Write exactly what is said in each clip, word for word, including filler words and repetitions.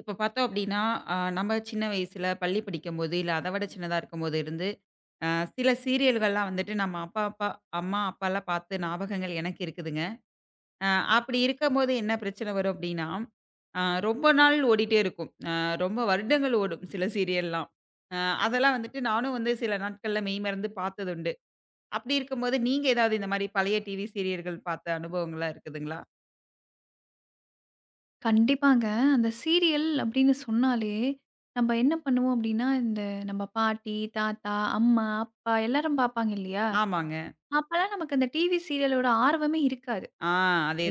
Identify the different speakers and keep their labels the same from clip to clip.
Speaker 1: இப்ப பார்த்தோம் அப்டின்னா, அ நம்ம சின்ன வயசுல பள்ளி படிக்கும்போது, இல்ல அத விட சின்னதா இருக்கும்போது இருந்து, அ சில சீரியல்கள்லாம் வந்துட்டு நம்ம அப்பா அப்பா அம்மா, அப்பாலாம் பார்த்த ஞாபகங்கள் எனக்கு இருக்குதுங்க. அ அப்படி இருக்கும்போது என்ன பிரச்சனை வரும் அப்டின்னா, அ ரொம்ப நாள் ஓடிட்டே இருக்கும். அ ரொம்ப வருடங்கள் ஓடும் சில சீரியல்லாம். அ அதெல்லாம் வந்துட்டு நானும் வந்து சில நாட்கள்ல மெய்மறந்து பார்த்ததுண்டு. அப்படி இருக்கும்போது நீங்க ஏதாவது இந்த மாரி பழைய டிவி சீரியல்கள் பார்த்த அனுபவங்கள்லாம் இருக்குதுங்களா?
Speaker 2: கண்டிப்பாங்க. அந்த சீரியல் அப்படின்னு சொன்னாலே, நம்ப என்ன பண்ணுவோம் அப்படின்னா, இந்த நம்ம பாட்டி, தாத்தா, அம்மா, அப்பா எல்லாரும் பாப்பாங்க இல்லையா?
Speaker 1: ஆமாங்க.
Speaker 2: அப்பலாம் நமக்கு அந்த டிவி சீரியலோட ஆர்வமே இருக்காது.
Speaker 1: ஆ.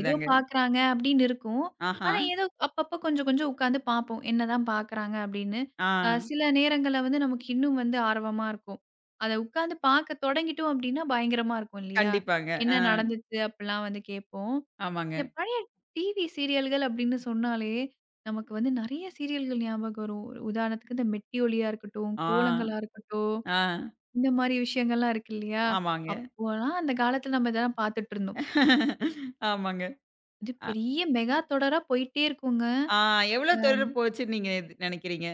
Speaker 2: ஏதோ பாக்குறாங்க அப்படின்னு இருக்கும்.
Speaker 1: ஆஹா.
Speaker 2: ஆனா ஏதோ அப்பப்ப கொஞ்சம் கொஞ்சம் உட்காந்து பாப்போம். என்னதான் பாக்குறாங்க அப்படின்னு.
Speaker 1: ஆ.
Speaker 2: அ சில நேரங்கள்ல வந்து நமக்கு இன்னும் வந்து ஆர்வமா இருக்கும். அத உட்காந்து பாக்க தொடங்கிட்டோம் அப்படின்னா பயங்கரமா இருக்கும் இல்லையா?
Speaker 1: கண்டிப்பாங்க.
Speaker 2: என்ன
Speaker 1: ஆ.
Speaker 2: நடந்துச்சு அப்படிலாம் வந்து கேட்போம்.
Speaker 1: ஆமாங்க.
Speaker 2: இந்த பழைய டிவி சீரியல்கள் அப்படின்னு சொன்னாலே, நமக்கு வந்து நெறைய சீரியல்கள் ஞாபகம் வரும். ஒரு உதாரணத்துக்கு இந்த மெட்டிஒலியா இருக்கட்டும்,
Speaker 1: ஆ,
Speaker 2: கோலங்களா இருக்கட்டும்,
Speaker 1: ஆ,
Speaker 2: இந்த மாரி விஷயங்கள்லாம் இருக்கு இல்லையா?
Speaker 1: ஆமாங்க.
Speaker 2: அப்போலாம் அந்த காலத்துல நம்ம இதெல்லாம் பார்த்துட்டுருந்தோம்.
Speaker 1: ஆமாங்க.
Speaker 2: இது பெரிய மெகா தொடரா போயிட்டே இருக்குங்க.
Speaker 1: ஆ. எவ்வளோ
Speaker 2: அ
Speaker 1: தூரம் போச்சுன்னு நீங்க எது நெனைக்கிறீங்க?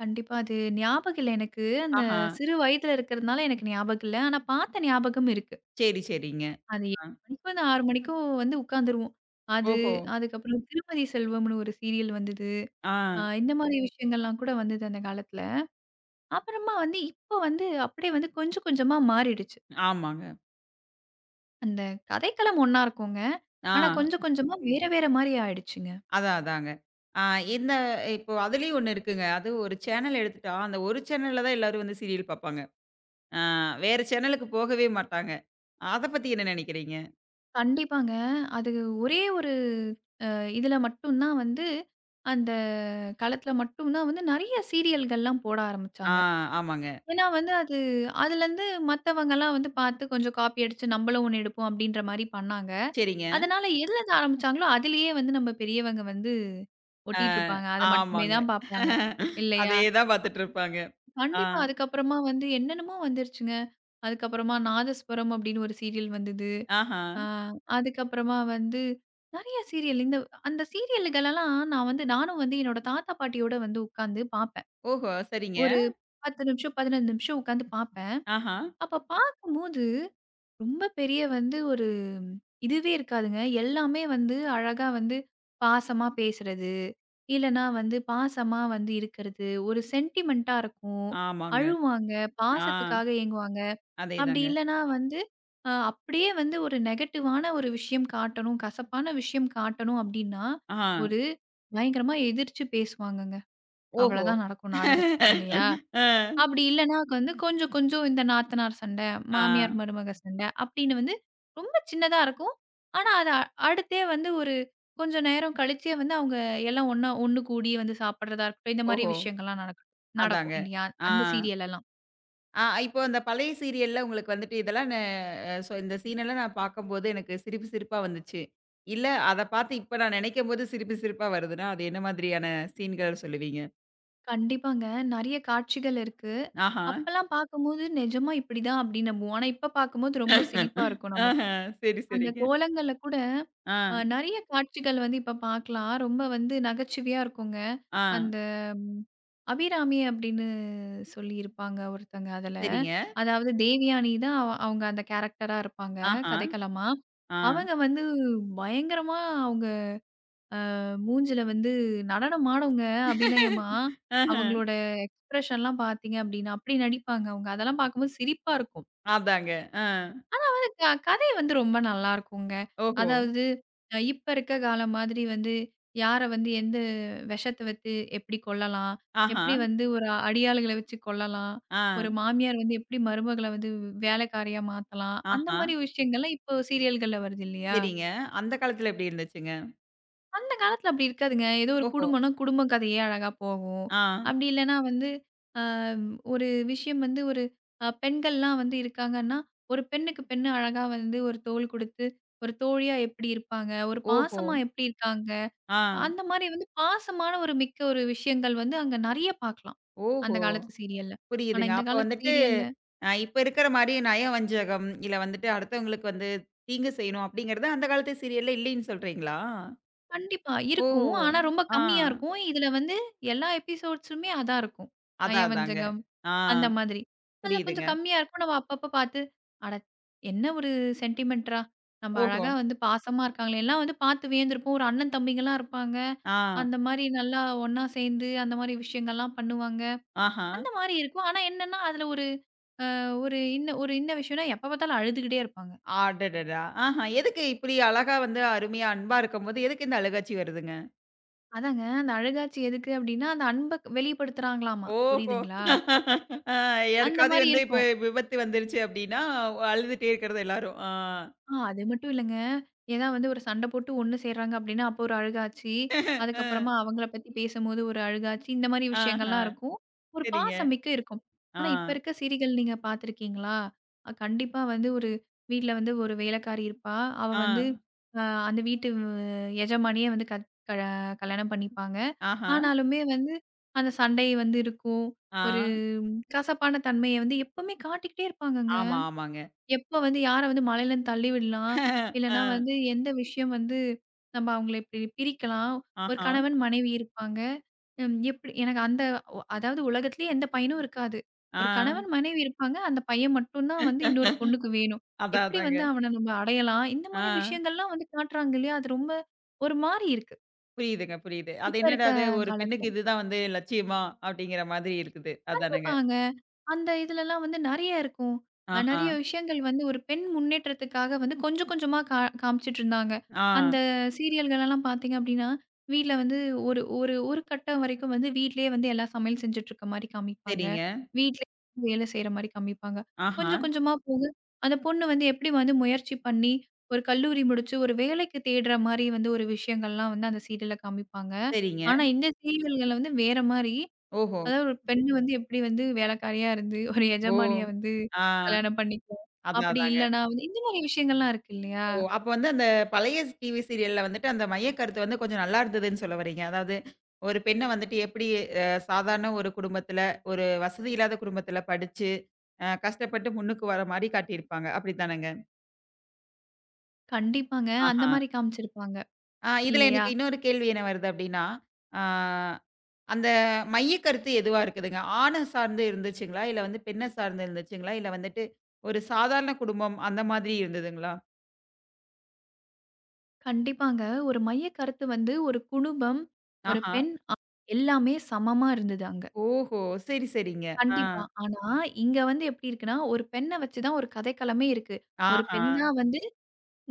Speaker 2: கண்டிப்பா அது ஞாபகம் இல்ல எனக்கு. அந்த
Speaker 1: ஆஹா.
Speaker 2: சிறு வயதுல இருக்கிறதுனால எனக்கு ஞாபகம் இல்ல. ஆனா பார்த்த ஞாபகம் இருக்கு.
Speaker 1: சரி, சரிங்க.
Speaker 2: அது ஏழு
Speaker 1: ஆ.
Speaker 2: மணிக்கும் அந்த ஆறு மணிக்கும் வந்து உட்காந்துருவோம். அது
Speaker 1: ஓஹோ!
Speaker 2: அதுக்கப்புறம் திருமதி செல்வம்னு ஒரு சீரியல் வந்தது. அ
Speaker 1: ஆ,
Speaker 2: இந்த மாரி விஷயங்கள்லாம் கூட வந்தது அந்த காலத்துல. அப்புறமா வந்து இப்போ வந்து அப்படியே வந்து கொஞ்சம் கொஞ்சமா மாறிடுச்சு.
Speaker 1: ஆமாங்க.
Speaker 2: அந்த கதைக்களம் ஒண்ணா இருக்குங்க.
Speaker 1: ஆ,
Speaker 2: ஆனா கொஞ்சம் கொஞ்சமா வேற வேற மாரி ஆயிடுச்சுங்க.
Speaker 1: அதான், அதாங்க. ஆ. இந்த இப்போ அதுலயும் ஒண்ணு இருக்குங்க. அது ஒரு சேனல் எடுத்துட்டா, அந்த ஒரு சேனல்ல தான் எல்லாரும் வந்து சீரியல் பார்ப்பாங்க. ஆ. வேற சேனலுக்கு போகவே மாட்டாங்க. அத பத்தி என்ன நெனைக்கிறீங்க?
Speaker 2: கண்டிப்பாங்க. அது ஒரே ஒரு அ இதுல மட்டும் தான் வந்து அந்த களத்துல மட்டும் தான் வந்து நெறைய சீரியல்கள்லாம் போட
Speaker 1: ஆ,
Speaker 2: ஆரம்பிச்சாங்க.
Speaker 1: ஆமாங்க.
Speaker 2: ஏன்னா வந்து அது அதுலருந்து மத்தவங்கலாம் வந்து பார்த்து கொஞ்சம் காப்பி அடிச்சு நம்மளும் ஒண்ணு எடுப்போம் அப்படின்ற மாரி பண்ணாங்க.
Speaker 1: சரிங்க.
Speaker 2: அதனால எதுலருந்து ஆரம்பிச்சாங்களோ அதுலயே வந்து நம்ம பெரியவங்க வந்து
Speaker 1: ஆ,
Speaker 2: ஒட்டிட்டு இருப்பாங்க. அத மட்டுமே
Speaker 1: ஆமாங்க.
Speaker 2: தான் பார்ப்பாங்க. இல்லையா?
Speaker 1: அதே தான் பார்த்துட்டு இருப்பாங்க. ஆ,
Speaker 2: கண்டிப்பா. அதுக்கப்புறமா வந்து என்னென்னமோ வந்துருச்சுங்க. அதுக்கப்புறமா நாதஸ்வரம் அப்படின்னு ஒரு சீரியல் வந்தது.
Speaker 1: ஆஹா.
Speaker 2: ஆ. அதுக்கப்புறமா வந்து நெறைய சீரியல் இந்த அந்த சீரியல்களெல்லாம் நான் வந்து நானும் வந்து என்னோட தாத்தா, பாட்டியோட வந்து உட்காந்து பார்ப்பேன்.
Speaker 1: ஓஹோ! சரிங்க.
Speaker 2: ஒரு பத்து நிமிஷம், பதினைந்து நிமிஷம் உட்காந்து பார்ப்பேன்.
Speaker 1: ஆஹா.
Speaker 2: அப்ப பார்க்கும்போது ரொம்ப பெரிய வந்து ஒரு இதுவே இருக்காதுங்க. எல்லாமே வந்து அழகா வந்து பாசமா பேசுறது, இல்லன்னா வந்து பாசமா வந்து இருக்கிறது, ஒரு சென்டிமென்ட்டா இருக்கும்.
Speaker 1: ஆமாங்க.
Speaker 2: அழுவாங்க,
Speaker 1: ஆ.
Speaker 2: பாசத்துக்காக ஏங்குவாங்க. அப்படி
Speaker 1: அதேதாங்க.
Speaker 2: இல்லன்னா வந்து அ அப்படியே வந்து ஒரு நெகட்டிவான ஒரு விஷயம் காட்டணும், கசப்பான விஷயம் காட்டணும் அப்படின்னா,
Speaker 1: ஆ.
Speaker 2: ஒரு பயங்கரமா எதிர்ச்சு பேசுவாங்கங்க.
Speaker 1: ஓஹோ!
Speaker 2: அவ்வளதான் நடக்கும் நாடகத்துல இல்லையா?
Speaker 1: அ.
Speaker 2: அப்படி இல்லன்னா வந்து கொஞ்சம் கொஞ்சம் இந்த நாத்தனார் சண்டை,
Speaker 1: ஆ.
Speaker 2: மாமியார் மருமக சண்டை அப்படின்னு வந்து ரொம்ப சின்னதா இருக்கும். ஆனா அது அ- அடுத்தே வந்து ஒரு கொஞ்ச நேரம் கழிச்சே வந்து அவங்க எல்லாம் ஒண்ணா ஒண்ணு கூடி வந்து சாப்பிடுறதா இருக்கட்டும். இந்த மாதிரி
Speaker 1: ஓஹோ!
Speaker 2: விஷயங்கள்லாம் நடக்கும்
Speaker 1: அதாங்க.
Speaker 2: நடக்கும் இல்லையா?
Speaker 1: ஆ.
Speaker 2: அந்த சீரியல் எல்லாம்.
Speaker 1: ஆ. இப்போ அந்த பழைய சீரியல்ல உங்களுக்கு வந்துட்டு இதெல்லாம் ந சோ, இந்த சீனெல்லாம் நான் பார்க்கும்போது எனக்கு சிரிப்பு சிரிப்பா வந்துச்சு. இல்ல அத பார்த்து இப்ப நான் நினைக்கும்போது சிரிப்பு சிரிப்பா வருதுன்னா, அது என்ன மாதிரியான சீன்கள் சொல்லுவீங்க?
Speaker 2: கண்டிப்பாங்க. நெறைய காட்சிகள் இருக்கு.
Speaker 1: ஆஹா.
Speaker 2: அப்பல்லாம் பார்க்கும்போது நிஜமா இப்படிதான் அப்படின்னு நம்புவோம். ஆனா இப்ப பார்க்கும்போது ரொம்ப சிரிப்பா இருக்கும்
Speaker 1: ஆஹ.
Speaker 2: நமக்கு.
Speaker 1: சரி,
Speaker 2: அந்த
Speaker 1: சரிங்க.
Speaker 2: கோலங்கள்ல கூட
Speaker 1: ஆ,
Speaker 2: அ நெறைய காட்சிகள் வந்து இப்ப பார்க்கலாம். ரொம்ப வந்து நகைச்சுவையா இருக்குங்க.
Speaker 1: ஆ.
Speaker 2: அந்த ம் அபிராமி அப்படின்னு சொல்லியிருப்பாங்க ஒருத்தங்க அதுல.
Speaker 1: சரிங்க.
Speaker 2: அதாவது தேவயானி தான் அவ அவங்க அந்த கேரக்டரா இருப்பாங்க
Speaker 1: ஆஹா.
Speaker 2: கதைக்களமா.
Speaker 1: ஆ.
Speaker 2: அவங்க வந்து பயங்கரமா அவங்க மூஞ்சில வந்து நடனம் ஆடுங்க அபிநயமா.
Speaker 1: ஆஹ.
Speaker 2: அவங்களோட எக்ஸ்பிரஷன்லாம் பார்த்தீங்க அப்படின்னா, அப்படி நடிப்பாங்க அவங்க. அதெல்லாம் பார்க்கும்போது சிரிப்பா இருக்கும்.
Speaker 1: அதாங்க. ஆ.
Speaker 2: க கதை வந்து ரொம்ப நல்லாருக்குங்க.
Speaker 1: ஓஹோ!
Speaker 2: அதாவது அ இப்ப இருக்க காலம் மாதிரி வந்து யார வந்து எந்த விஷத்த வச்சு எப்படி கொல்லலாம்?
Speaker 1: ஆஹா!
Speaker 2: எப்படி வந்து ஒரு அடியாளுகள வச்சு கொல்லலாம்?
Speaker 1: ஆ.
Speaker 2: ஒரு மாமியார் வந்து எப்படி மருமகள வந்து வேலைக்காரியா மாத்தலாம்? அந்த
Speaker 1: ஆஹா!
Speaker 2: மாரி விஷயங்கள்லாம் இப்போ சீரியல்கள்ல வருது இல்லையா?
Speaker 1: சரிங்க. அந்த காலத்துல எப்படி இருந்துச்சுங்க?
Speaker 2: காலத்துல அப்படி இருக்காதுங்க. ஏதோ ஒரு
Speaker 1: ஓஹோ!
Speaker 2: குடும்பம்னா, குடும்ப கதையே அழகா போகும்.
Speaker 1: ஆ.
Speaker 2: அப்படி இல்லன்னா வந்து, அ ஒரு விஷயம் வந்து ஒரு அ பெண்கள்லாம் வந்து இருக்காங்கன்னா, ஒரு பெண்ணுக்கு பெண்ணு அழகா வந்து ஒரு தோள் குடுத்து, ஒரு தோழியா எப்படி இருப்பாங்க? ஒரு
Speaker 1: ஓஹோ!
Speaker 2: பாசமா எப்படி இருக்காங்க?
Speaker 1: ஆ.
Speaker 2: அந்த மாரி வந்து பாசமான ஒரு மிக்க ஒரு விஷயங்கள் வந்து அங்க நெறைய பார்க்கலாம். அந்த
Speaker 1: ஓஹோ!
Speaker 2: காலத்து சீரியல்ல. ஆனா
Speaker 1: புரியுதுங்க.
Speaker 2: இந்த
Speaker 1: அப்ப
Speaker 2: காலத்து
Speaker 1: வந்துட்டு
Speaker 2: சீரியல்ல
Speaker 1: அ இப்ப இருக்கிற மாரி நயவஞ்சகம், இல்ல வந்துட்டு அடுத்தவங்களுக்கு வந்து தீங்கு செய்யணும் அப்படிங்கிறது அந்த காலத்து சீரியல்ல இல்லைன்னு சொல்றீங்களா?
Speaker 2: கண்டிப்பா
Speaker 1: ஓ!
Speaker 2: இருக்கும். ஆனா ரொம்ப
Speaker 1: ஆ.
Speaker 2: கம்மியா இருக்கும். இதுல வந்து எல்லா எபிசோட்ஸுமே அதான் இருக்கும்.
Speaker 1: அதான் அதாங்க.
Speaker 2: நயவஞ்சகம்
Speaker 1: ஆ.
Speaker 2: அந்த மாதிரி. அதில கொஞ்சம்
Speaker 1: புரியுதுங்க.
Speaker 2: கம்மியா இருக்கும். நம்ம அப்பப்ப பார்த்து, அட! என்ன ஒரு சென்டிமெண்ட்ரா! நம்ம
Speaker 1: ஓஹோ!
Speaker 2: அழகா வந்து பாசமா இருக்காங்களே! எல்லாம் வந்து பார்த்து வியந்திருப்போம். ஒரு அண்ணன் தம்பிங்கலாம் இருப்பாங்க.
Speaker 1: ஆ.
Speaker 2: அந்த மாரி நல்லா ஒண்ணா சேர்ந்து, அந்த மாரி விஷயங்கள்லாம் பண்ணுவாங்க.
Speaker 1: ஆஹா!
Speaker 2: அந்த மாரி இருக்கும். ஆனா என்னன்னா, அதில ஒரு அ ஒரு இன்ன ஒரு இன்ன விஷயம்னா, எப்ப பார்த்தாலும் அழுதுகிட்டே இருப்பாங்க.
Speaker 1: அடடடா! ஆஹா! எதுக்கு இப்படி அழகா வந்து அருமையா அன்பா இருக்கும்போது, எதுக்கு இந்த அழுகாட்சி வருதுங்க?
Speaker 2: அதாங்க அந்த அழுகாச்சி எதுக்கு அப்டின்னா, அந்த அன்ப வெளிப்படுத்துறாங்களாமா.
Speaker 1: ஓஹோ!
Speaker 2: புரியுதுங்களா?
Speaker 1: அ
Speaker 2: அந்த
Speaker 1: யாருக்காவது
Speaker 2: மாரி
Speaker 1: வந்து இப்ப
Speaker 2: இருக்கும்.
Speaker 1: விபத்து வந்துருச்சு அப்டின்னா, அழுதுட்டே இருக்கிறது எல்லாரும். ஆ.
Speaker 2: ஆ அது மட்டும் இல்லங்க. ஏன்னா வந்து ஒரு சண்டை போட்டு ஒண்ணு சேர்றாங்க அப்டின்னா, அப்போ ஒரு அழுகாச்சி.
Speaker 1: அ.
Speaker 2: அதுக்கப்புறமா அவங்கள பத்தி பேசும்போது ஒரு அழுகாச்சி. இந்த மாரி
Speaker 1: ஆஹா.
Speaker 2: விஷயங்கள்லாம் இருக்கும். ஒரு
Speaker 1: சரிங்க.
Speaker 2: பாசம் மிக்க இருக்கும்.
Speaker 1: ஆ.
Speaker 2: ஆனா இப்ப இருக்க சீரியல் நீங்க பார்த்துருக்கீங்களா? அ கண்டிப்பா வந்து ஒரு வீட்ல வந்து ஒரு வேலைக்காரி இருப்பா. அவ
Speaker 1: ஆ.
Speaker 2: வந்து அ அந்த வீட்டு எஜமானிய வந்து கத் க கல்யாணம் பண்ணிப்பாங்க.
Speaker 1: ஆஹா.
Speaker 2: ஆனாலுமே வந்து அந்த சண்டை வந்து இருக்கும்.
Speaker 1: ஆ.
Speaker 2: ஒரு கசப்பான தன்மைய வந்து எப்பவுமே காட்டிக்கிட்டே இருப்பாங்கங்க.
Speaker 1: ஆமா, ஆமாங்க.
Speaker 2: எப்ப வந்து யார வந்து மலையிலருந்து தள்ளி விடலாம்? இல்லன்னா
Speaker 1: அ.
Speaker 2: வந்து எந்த விஷயம் வந்து நம்ம அவங்கள இப்டி பிரிக்கலாம்? ஒரு
Speaker 1: ஆஹா.
Speaker 2: கணவன், மனைவி இருப்பாங்க. ம் எப்டி எனக்கு அந்த ஒ அதாவது உலகத்திலேயே எந்த பையனும் இருக்காது. ஒரு கணவன்,
Speaker 1: ஆ.
Speaker 2: மனைவி இருப்பாங்க. அந்த பையன் மட்டும் தான் வந்து இன்னொரு பொண்ணுக்கு வேணும்.
Speaker 1: அதான்,
Speaker 2: எப்டி வந்து
Speaker 1: அதாங்க.
Speaker 2: அவன நம்ம அடையலாம்? இந்த
Speaker 1: ஆ.
Speaker 2: மாரி விஷயங்கள்லாம் வந்து காட்டுறாங்க இல்லையா? அது ரொம்ப ஒரு மாரி இருக்கு.
Speaker 1: புரியுதுங்க, புரியுது. அது
Speaker 2: இப்ப
Speaker 1: என்னடா
Speaker 2: இருக்க
Speaker 1: அது ஒரு
Speaker 2: காலத்துல.
Speaker 1: பெண்ணுக்கு இதுதான் வந்து லட்சியமா? அப்படிங்கிற மாதிரி இருக்குது. அதானங்க.
Speaker 2: கண்டிப்பாங்க. அந்த இதுலலாம் வந்து நெறைய இருக்கும். அ
Speaker 1: ஆஹா.
Speaker 2: நெறைய விஷயங்கள் வந்து ஒரு பெண் முன்னேற்றத்துக்காக வந்து கொஞ்சம் கொஞ்சமா கா காமிச்சிட்டுருந்தாங்க.
Speaker 1: ஆ.
Speaker 2: அந்த சீரியல்களலாம் பார்த்தீங்க அப்டின்னா, வீட்ல வந்து ஒரு ஒரு ஒரு கட்டம் வரைக்கும் வந்து வீட்லயே வந்து எல்லா சமையல் செஞ்சுட்டுருக்க மாரி காமிப்பாங்க.
Speaker 1: சரிங்க.
Speaker 2: வீட்லயே வேலை செய்ற மாரி காமிப்பாங்க.
Speaker 1: ஆஹா.
Speaker 2: கொஞ்சம் கொஞ்சமா போக, அந்த பொண்ணு வந்து எப்டி வந்து முயற்சி பண்ணி, ஒரு கல்லூரி முடிச்சு ஒரு வேலைக்கு தேடுற மாரி வந்து ஒரு விஷயங்கள்லாம் வந்து அந்த சீரியல்ல காமிப்பாங்க.
Speaker 1: சரிங்க.
Speaker 2: ஆனா இந்த சீரியல்கள்ல வந்து வேற மாரி.
Speaker 1: ஓஹோ!
Speaker 2: அதாவது ஒரு பெண்ணு வந்து எப்படி வந்து வேலைக்காரியா இருந்து, ஒரு
Speaker 1: ஓ!
Speaker 2: எஜமானிய வந்து
Speaker 1: ஆ.
Speaker 2: கல்யாணம் பண்ணிக்கும்.
Speaker 1: அதான்,
Speaker 2: அப்படி
Speaker 1: அதாங்க.
Speaker 2: இல்லன்னா வந்து இந்த மாரி விஷயங்கள்லாம் இருக்கு இல்லையா?
Speaker 1: ஓ! அப்ப வந்து அந்த பழைய டிவி சீரியல்ல வந்துட்டு அந்த மையக்கருத்து வந்து கொஞ்சம் நல்லா இருந்ததுன்னு சொல்ல வர்றீங்க. அதாவது ஒரு பெண்ண வந்துட்டு எப்படி அ சாதாரண ஒரு குடும்பத்துல, ஒரு வசதி இல்லாத குடும்பத்துல படிச்சு, அ கஷ்டப்பட்டு முன்னுக்கு வர மாரி காட்டியிருப்பாங்க. அப்படித்தானங்க?
Speaker 2: கண்டிப்பாங்க. அந்த
Speaker 1: ஆஹா.
Speaker 2: மாரி காமிச்சிருப்பாங்க.
Speaker 1: ஆ. இதுல
Speaker 2: இல்லையா?
Speaker 1: எனக்கு இன்னொரு கேள்வி என்ன வருது அப்படின்னா, ஆ. அந்த மையக்கருத்து எதுவா இருக்குதுங்க? ஆண சார்ந்து இருந்துச்சுங்களா? இல்ல வந்து பெண்ண சார்ந்து இருந்துச்சுங்களா? இல்ல வந்துட்டு ஒரு சாதாரண குடும்பம் அந்த மாதிரி இருந்ததுங்களா?
Speaker 2: கண்டிப்பாங்க. ஒரு மைய கருத்து வந்து ஒரு குடும்பம், ஒரு
Speaker 1: ஆஹா.
Speaker 2: பெண், ஆண் எல்லாமே சமமா இருந்தது அங்க.
Speaker 1: ஓஹோ! சரி, சரிங்க. ஆ.
Speaker 2: கண்டிப்பா. ஆனா, இங்க வந்து எப்படி இருக்குன்னா, ஒரு பெண்ண வச்சு தான் ஒரு கதைக்களமே இருக்கு. ஒரு
Speaker 1: ஆஹா.
Speaker 2: பெண்ணா வந்து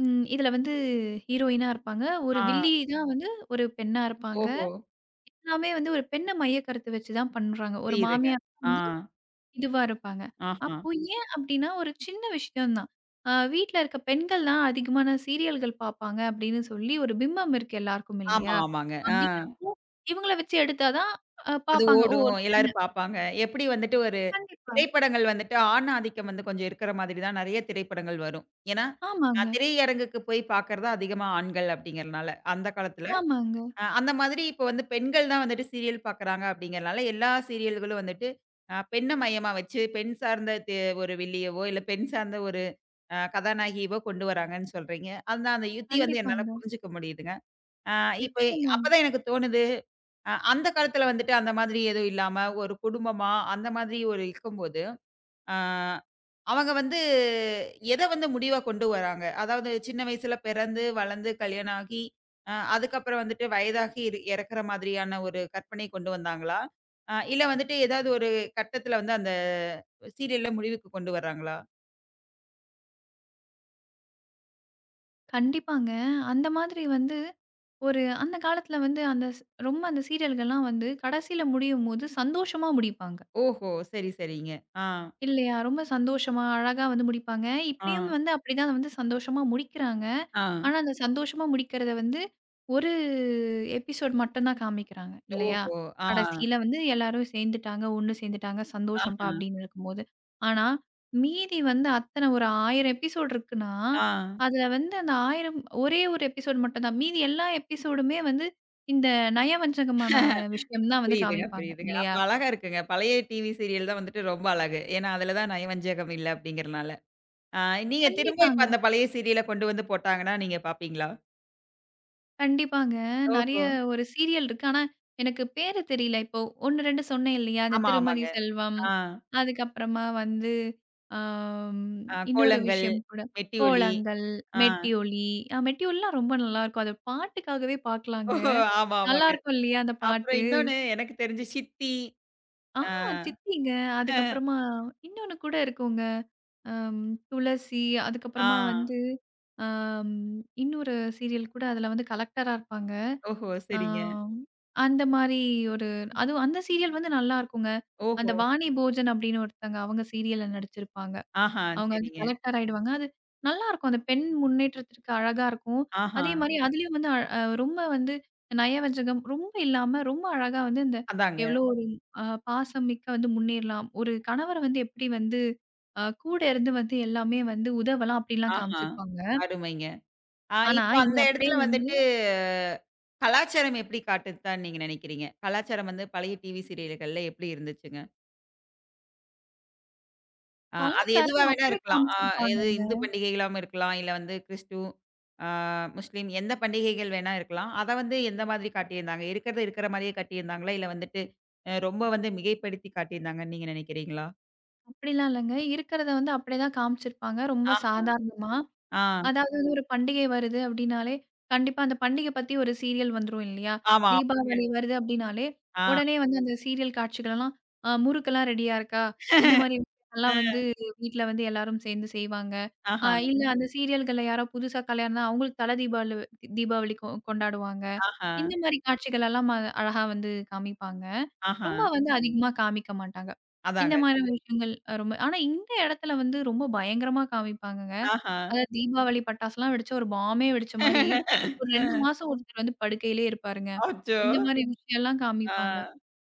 Speaker 2: ம் இதுல வந்து ஹீரோயினா இருப்பாங்க. ஒரு
Speaker 1: ஆ.
Speaker 2: வில்லி தான் வந்து ஒரு பெண்ணா இருப்பாங்க.
Speaker 1: ஓஹோ!
Speaker 2: எல்லாமே வந்து ஒரு பெண்ண மைய கருத்து வச்சு தான் பண்றாங்க. ஒரு
Speaker 1: புரியுதுங்க.
Speaker 2: மாமியார்
Speaker 1: ஆ,
Speaker 2: வந்து இதுவா இருப்பாங்க.
Speaker 1: ஆஹா.
Speaker 2: அப்போ ஏன் அப்டின்னா, ஒரு சின்ன விஷயம் தான். அ வீட்ல இருக்க பெண்கள் தான் அதிகமான சீரியல்கள் பாப்பாங்க அப்டின்னு சொல்லி ஒரு பிம்பம் இருக்கு எல்லாருக்கும்
Speaker 1: ஆமா,
Speaker 2: இல்லையா?
Speaker 1: ஆமாங்க. ஆ.
Speaker 2: அப்டிங்கிறப்போ இவங்கள வச்சு எடுத்தா தான் அ
Speaker 1: அது
Speaker 2: பாப்பாங்க. ஓ!
Speaker 1: ஓடும்.
Speaker 2: ஒரு பெண்ணு
Speaker 1: எல்லாரும் பார்ப்பாங்க. எப்படி வந்துட்டு ஒரு
Speaker 2: கண்டிப்பா.
Speaker 1: திரைப்படங்கள் வந்துட்டு ஆண் ஆதிக்கம் வந்து கொஞ்சம் இருக்கிற மாதிரி தான் நெறைய திரைப்படங்கள் வரும். ஏன்னா, அ
Speaker 2: ஆமாங்க,
Speaker 1: திரையரங்குக்கு போய் பார்க்கறது அதிகமா ஆண்கள் அப்படிங்கிறனால, அந்த காலத்துல.
Speaker 2: ஆமாங்க.
Speaker 1: அ அந்த மாதிரி இப்ப வந்து பெண்கள் தான் வந்துட்டு சீரியல் பார்க்குறாங்க அப்படிங்கிறனால, எல்லா சீரியல்களும் வந்துட்டு அ பெண்ண மையமா வச்சு, பெண் சார்ந்த தி ஒரு வில்லியவோ, இல்ல பெண் சார்ந்த ஒரு அ கதாநாயகியவோ கொண்டு வராங்கன்னு சொல்றீங்க. அந்த அந்த யுத்தி வந்து என்னால
Speaker 2: கண்டிப்பாங்க.
Speaker 1: புரிஞ்சுக்க முடியுதுங்க. ஆ. இப்ப
Speaker 2: நிச்சயமாங்க.
Speaker 1: அப்பதான் எனக்கு தோணுது, அ அந்த காலத்துல வந்துட்டு அந்த மாதிரி எதுவும் இல்லாம, ஒரு குடும்பமா அந்த மாதிரி ஒரு இருக்கும்போது, ஆ. அவங்க வந்து எத வந்து முடிவா கொண்டு வராங்க? அதாவது சின்ன வயசுல பிறந்து, வளர்ந்து, கல்யாணம் ஆகி, அ அதுக்கப்புறம் வந்துட்டு வயதாகி இரு இறக்குற மாதிரியான ஒரு கற்பனை கொண்டு வந்தாங்களா? அ இல்ல வந்துட்டு ஏதாவது ஒரு கட்டத்துல வந்து அந்த சீரியல்ல முடிவுக்கு கொண்டு வர்றாங்களா?
Speaker 2: கண்டிப்பாங்க. அந்த மாதிரி வந்து ஒரு அந்த காலத்துல வந்து அந்த ஸ் ரொம்ப அந்த சீரியல்கள்லாம் வந்து கடைசில முடியும்போது சந்தோஷமா முடிப்பாங்க.
Speaker 1: ஓஹோ! சரி, சரிங்க. ஆ,
Speaker 2: இல்லையா? ரொம்ப சந்தோஷமா, அழகா வந்து முடிப்பாங்க. இப்பயும்
Speaker 1: ஆ,
Speaker 2: வந்து அப்படிதான் வந்து சந்தோஷமா முடிக்கிறாங்க.
Speaker 1: ஆ.
Speaker 2: ஆனா, அந்த சந்தோஷமா முடிக்கிறத வந்து ஒரு எபிசோட் மட்டும் தான் காமிக்கிறாங்க, இல்லையா?
Speaker 1: ஓஹோ! ஆ,
Speaker 2: கடைசியில வந்து எல்லாரும் சேர்ந்துட்டாங்க, ஒண்ணு சேர்ந்துட்டாங்க, சந்தோஷம்ப்பா
Speaker 1: ஆஹ,
Speaker 2: அப்படின்னு இருக்கும்போது. ஆனா, மீதி வந்து அத்தனை ஒரு ஆயிரம் எபிசோட் இருக்குன்னா,
Speaker 1: ஆ.
Speaker 2: அதுல வந்து அந்த ஆயிரம் ஒரே ஒரு எபிசோட் மட்டும் தான். மீதி எல்லா எபிசோடுமே வந்து இந்த நயவஞ்சகமான விஷயம் தான் வந்து
Speaker 1: புரியுதுங்க,
Speaker 2: காமிப்பாங்க,
Speaker 1: புரியுதுங்க. அப்ப
Speaker 2: இல்லையா?
Speaker 1: அழகா இருக்குங்க. பழைய டிவி சீரியல் தான் வந்துட்டு ரொம்ப அழகு. ஏன்னா, அதுல தான் நயவஞ்சகம் இல்ல அப்படிங்கிறனால. ஆ. நீங்க திரும்ப இப்ப
Speaker 2: கண்டிப்பாங்க.
Speaker 1: அந்த பழைய சீரியல கொண்டு வந்து போட்டாங்கன்னா, நீங்க பார்ப்பீங்களா?
Speaker 2: கண்டிப்பாங்க. நெறைய
Speaker 1: ஓஹோ!
Speaker 2: ஒரு சீரியல் இருக்கு. ஆனா, எனக்கு பேரு தெரியல. இப்போ ஒன்று, ரெண்டு சொன்னேன் இல்லையா? அந்த
Speaker 1: ஆமா,
Speaker 2: திருமதி
Speaker 1: ஆமாங்க.
Speaker 2: செல்வம்.
Speaker 1: ஆ,
Speaker 2: அதுக்கப்புறமா வந்து ஆம்
Speaker 1: ஆ.
Speaker 2: இன்னொரு
Speaker 1: கோலங்கள்,
Speaker 2: விஷயம் கூட.
Speaker 1: மெட்டி ஒலி.
Speaker 2: கோலங்கள்,
Speaker 1: ஆ.
Speaker 2: மெட்டியொலி. அ மெட்டியொலிலாம் ரொம்ப நல்லாருக்கும். அது பாட்டுக்காகவே பார்க்கலாங்க.
Speaker 1: ஓஹோ! ஆமா, ஆமாங்க.
Speaker 2: நல்லாருக்கும் இல்லையா அந்த
Speaker 1: அப்புறம்
Speaker 2: பாட்டு?
Speaker 1: இன்னொன்னு எனக்கு தெரிஞ்சு சித்தி.
Speaker 2: ஆ
Speaker 1: ஆ.
Speaker 2: சித்திங்க. அதுக்கப்புறமா இன்னொன்னு கூட இருக்குங்க. அம் துளசி,
Speaker 1: ஆ.
Speaker 2: அதுக்கப்புறமா வந்து ஆம் இன்னொரு சீரியல் கூட அதுல வந்து கலெக்டரா இருப்பாங்க.
Speaker 1: ஓஹோ!
Speaker 2: ஆ.
Speaker 1: சரிங்க.
Speaker 2: அந்த மாரி ஒரு அதுவும் அந்த சீரியல் வந்து நல்லாருக்குங்க. அந்த
Speaker 1: ஓஹோ!
Speaker 2: வாணி போஜன் அப்படின்னு ஒருத்தங்க அவங்க சீரியல்ல நடிச்சிருப்பாங்க.
Speaker 1: ஆஹா!
Speaker 2: அவங்க வந்து
Speaker 1: சரிங்க.
Speaker 2: கலெக்டர் ஆயிடுவாங்க. அது நல்லாருக்கும். அந்த பெண் முன்னேற்றத்திற்கு அழகா இருக்கும்.
Speaker 1: ஆஹா!
Speaker 2: அதே மாரி ம். அதுலயும் வந்து அ அ, ரொம்ப வந்து நயவஞ்சகம் ரொம்ப இல்லாம ரொம்ப அழகா வந்து அந்த
Speaker 1: அதாங்க.
Speaker 2: எவ்வளோ ஒரு அ பாசம் மிக்க வந்து முன்னேறலாம். ஒரு கணவர் வந்து எப்படி வந்து அ கூட இருந்து வந்து எல்லாமே வந்து உதவலாம் அப்படின்லாம்
Speaker 1: ஆஹா!
Speaker 2: காமிச்சிருப்பாங்க.
Speaker 1: அருமைங்க. ஆ.
Speaker 2: ஆனா,
Speaker 1: இப்போ
Speaker 2: இங்க
Speaker 1: அந்த
Speaker 2: அப்படியே
Speaker 1: இடத்துல
Speaker 2: வந்து
Speaker 1: வந்துட்டு, கலாச்சாரம் எப்படி காட்டுதுதான்னு நீங்க நினைக்கிறீங்க? கலாச்சாரம் வந்து பழைய டிவி சீரியல்கள்ல எப்படி இருந்துச்சுங்க? அ அது எதுவா
Speaker 2: கலாச்சாரம்
Speaker 1: வேணா
Speaker 2: அப்படியே
Speaker 1: இருக்கலாம். அ எது
Speaker 2: காமிச்சிருப்பாங்க.
Speaker 1: இந்து பண்டிகைகளாவும் இருக்கலாம். இல்ல வந்து கிறிஸ்து, அ முஸ்லீம் எந்த பண்டிகைகள் வேணா இருக்கலாம். அத வந்து எந்த மாதிரி காட்டியிருந்தாங்க? இருக்கிறது இருக்கிற மாரியே காட்டியிருந்தாங்களா? இல்ல வந்துட்டு அ ரொம்ப வந்து மிகைப்படுத்தி காட்டியிருந்தாங்கன்னு நீங்க நினைக்கிறீங்களா?
Speaker 2: அப்படிலாம் இல்லங்க. இருக்கிறத வந்து அப்படியே தான் காமிச்சிருப்பாங்க. ரொம்ப
Speaker 1: ஆ,
Speaker 2: சாதாரணமா. ம்.
Speaker 1: ஆ.
Speaker 2: அதாவது வந்து ஒரு பண்டிகை வருது அப்படின்னாலே, கண்டிப்பா அந்த பண்டிகை பத்தி ஒரு சீரியல் வந்துரும் இல்லையா? ஆமா.
Speaker 1: ஆமா.
Speaker 2: தீபாவளி வருது அப்படின்னாலே,
Speaker 1: ஆ.
Speaker 2: உடனே வந்து அந்த சீரியல் காட்சிகளெல்லாம், அ முறுக்கெல்லாம் ரெடியா இருக்கா? இந்த மாரி விஷயங்கள்லாம் வந்து வீட்ல வந்து எல்லாரும் சேர்ந்து செய்வாங்க. அ
Speaker 1: ஆஹா,
Speaker 2: இல்ல அந்த சீரியல்கள்ல யாரோ புதுசா கல்யாணம்னா அவங்களுக்கு தல தீபாவளி தீபாவளி கொ கொண்டாடுவாங்க.
Speaker 1: ஆஹா,
Speaker 2: இந்த மாரி காட்சிகள் எல்லாம் அ அழகா வந்து காமிப்பாங்க.
Speaker 1: ஆஹா.
Speaker 2: ரொம்ப வந்து அதிகமா காமிக்க மாட்டாங்க. இந்த
Speaker 1: அதாங்க.
Speaker 2: மாரி விஷயங்கள் அ ரொம்ப ஆனா இந்த இடத்துல வந்து ரொம்ப பயங்கரமா காமிப்பாங்கங்க.
Speaker 1: ஆஹா.
Speaker 2: அதாவது தீபாவளி பட்டாசுலாம் வெடிச்சு ஒரு பாம்பே வெடிச்ச மாரி, ஒரு ரெண்டு
Speaker 1: அ.
Speaker 2: மாசம் ஒருத்தர் வந்து படுக்கையிலே இருப்பாருங்க.
Speaker 1: அச்சோ!
Speaker 2: இந்த மாரி விஷயம்லாம்
Speaker 1: ஆ.
Speaker 2: காமிப்பாங்க.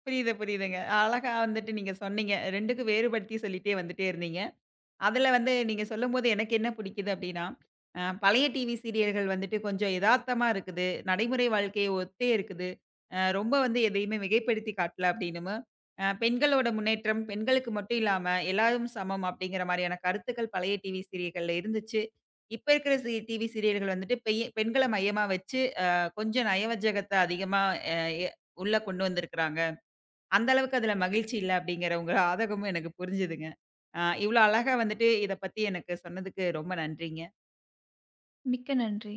Speaker 1: புரியுது, புரியுதுங்க. அழகா வந்துட்டு நீங்க சொன்னீங்க. ரெண்டுக்கும் வேறுபடுத்தி சொல்லிட்டே வந்துட்டே இருந்தீங்க. அதுல வந்து நீங்க சொல்லும்போது எனக்கு என்ன பிடிக்குது அப்டின்னா, அ பழைய டிவி சீரியல்கள் வந்துட்டு கொஞ்சம் எதார்த்தமா இருக்குது. நடைமுறை வாழ்க்கைய ஒத்தே இருக்குது. அ ரொம்ப வந்து எதையுமே மிகைப்படுத்தி காட்டல அப்டின்னுமு, அ பெண்களோட முன்னேற்றம், பெண்களுக்கு மட்டும் இல்லாம எல்லாரும் சமம் அப்டிங்கிற மாரியான கருத்துக்கள் பழைய டிவி சீரியல்கள்ல இருந்துச்சு. இப்ப இருக்கிற சி டிவி சீரியல்கள் வந்துட்டு பெய்ய பெண்கள மையமா வச்சு, அ கொஞ்சம் நயவஞ்சகத்த அதிகமா அ எ உள்ள கொண்டு வந்திருக்கிறாங்க. அந்த அளவுக்கு அதில மகிழ்ச்சி இல்ல அப்படிங்கிற உங்க ஆதகமும் எனக்கு புரிஞ்சுதுங்க. அ இவ்ளோ அழகா வந்துட்டு இத பத்தி எனக்கு சொன்னதுக்கு ரொம்ப நன்றிங்க.
Speaker 2: மிக்க நன்றி.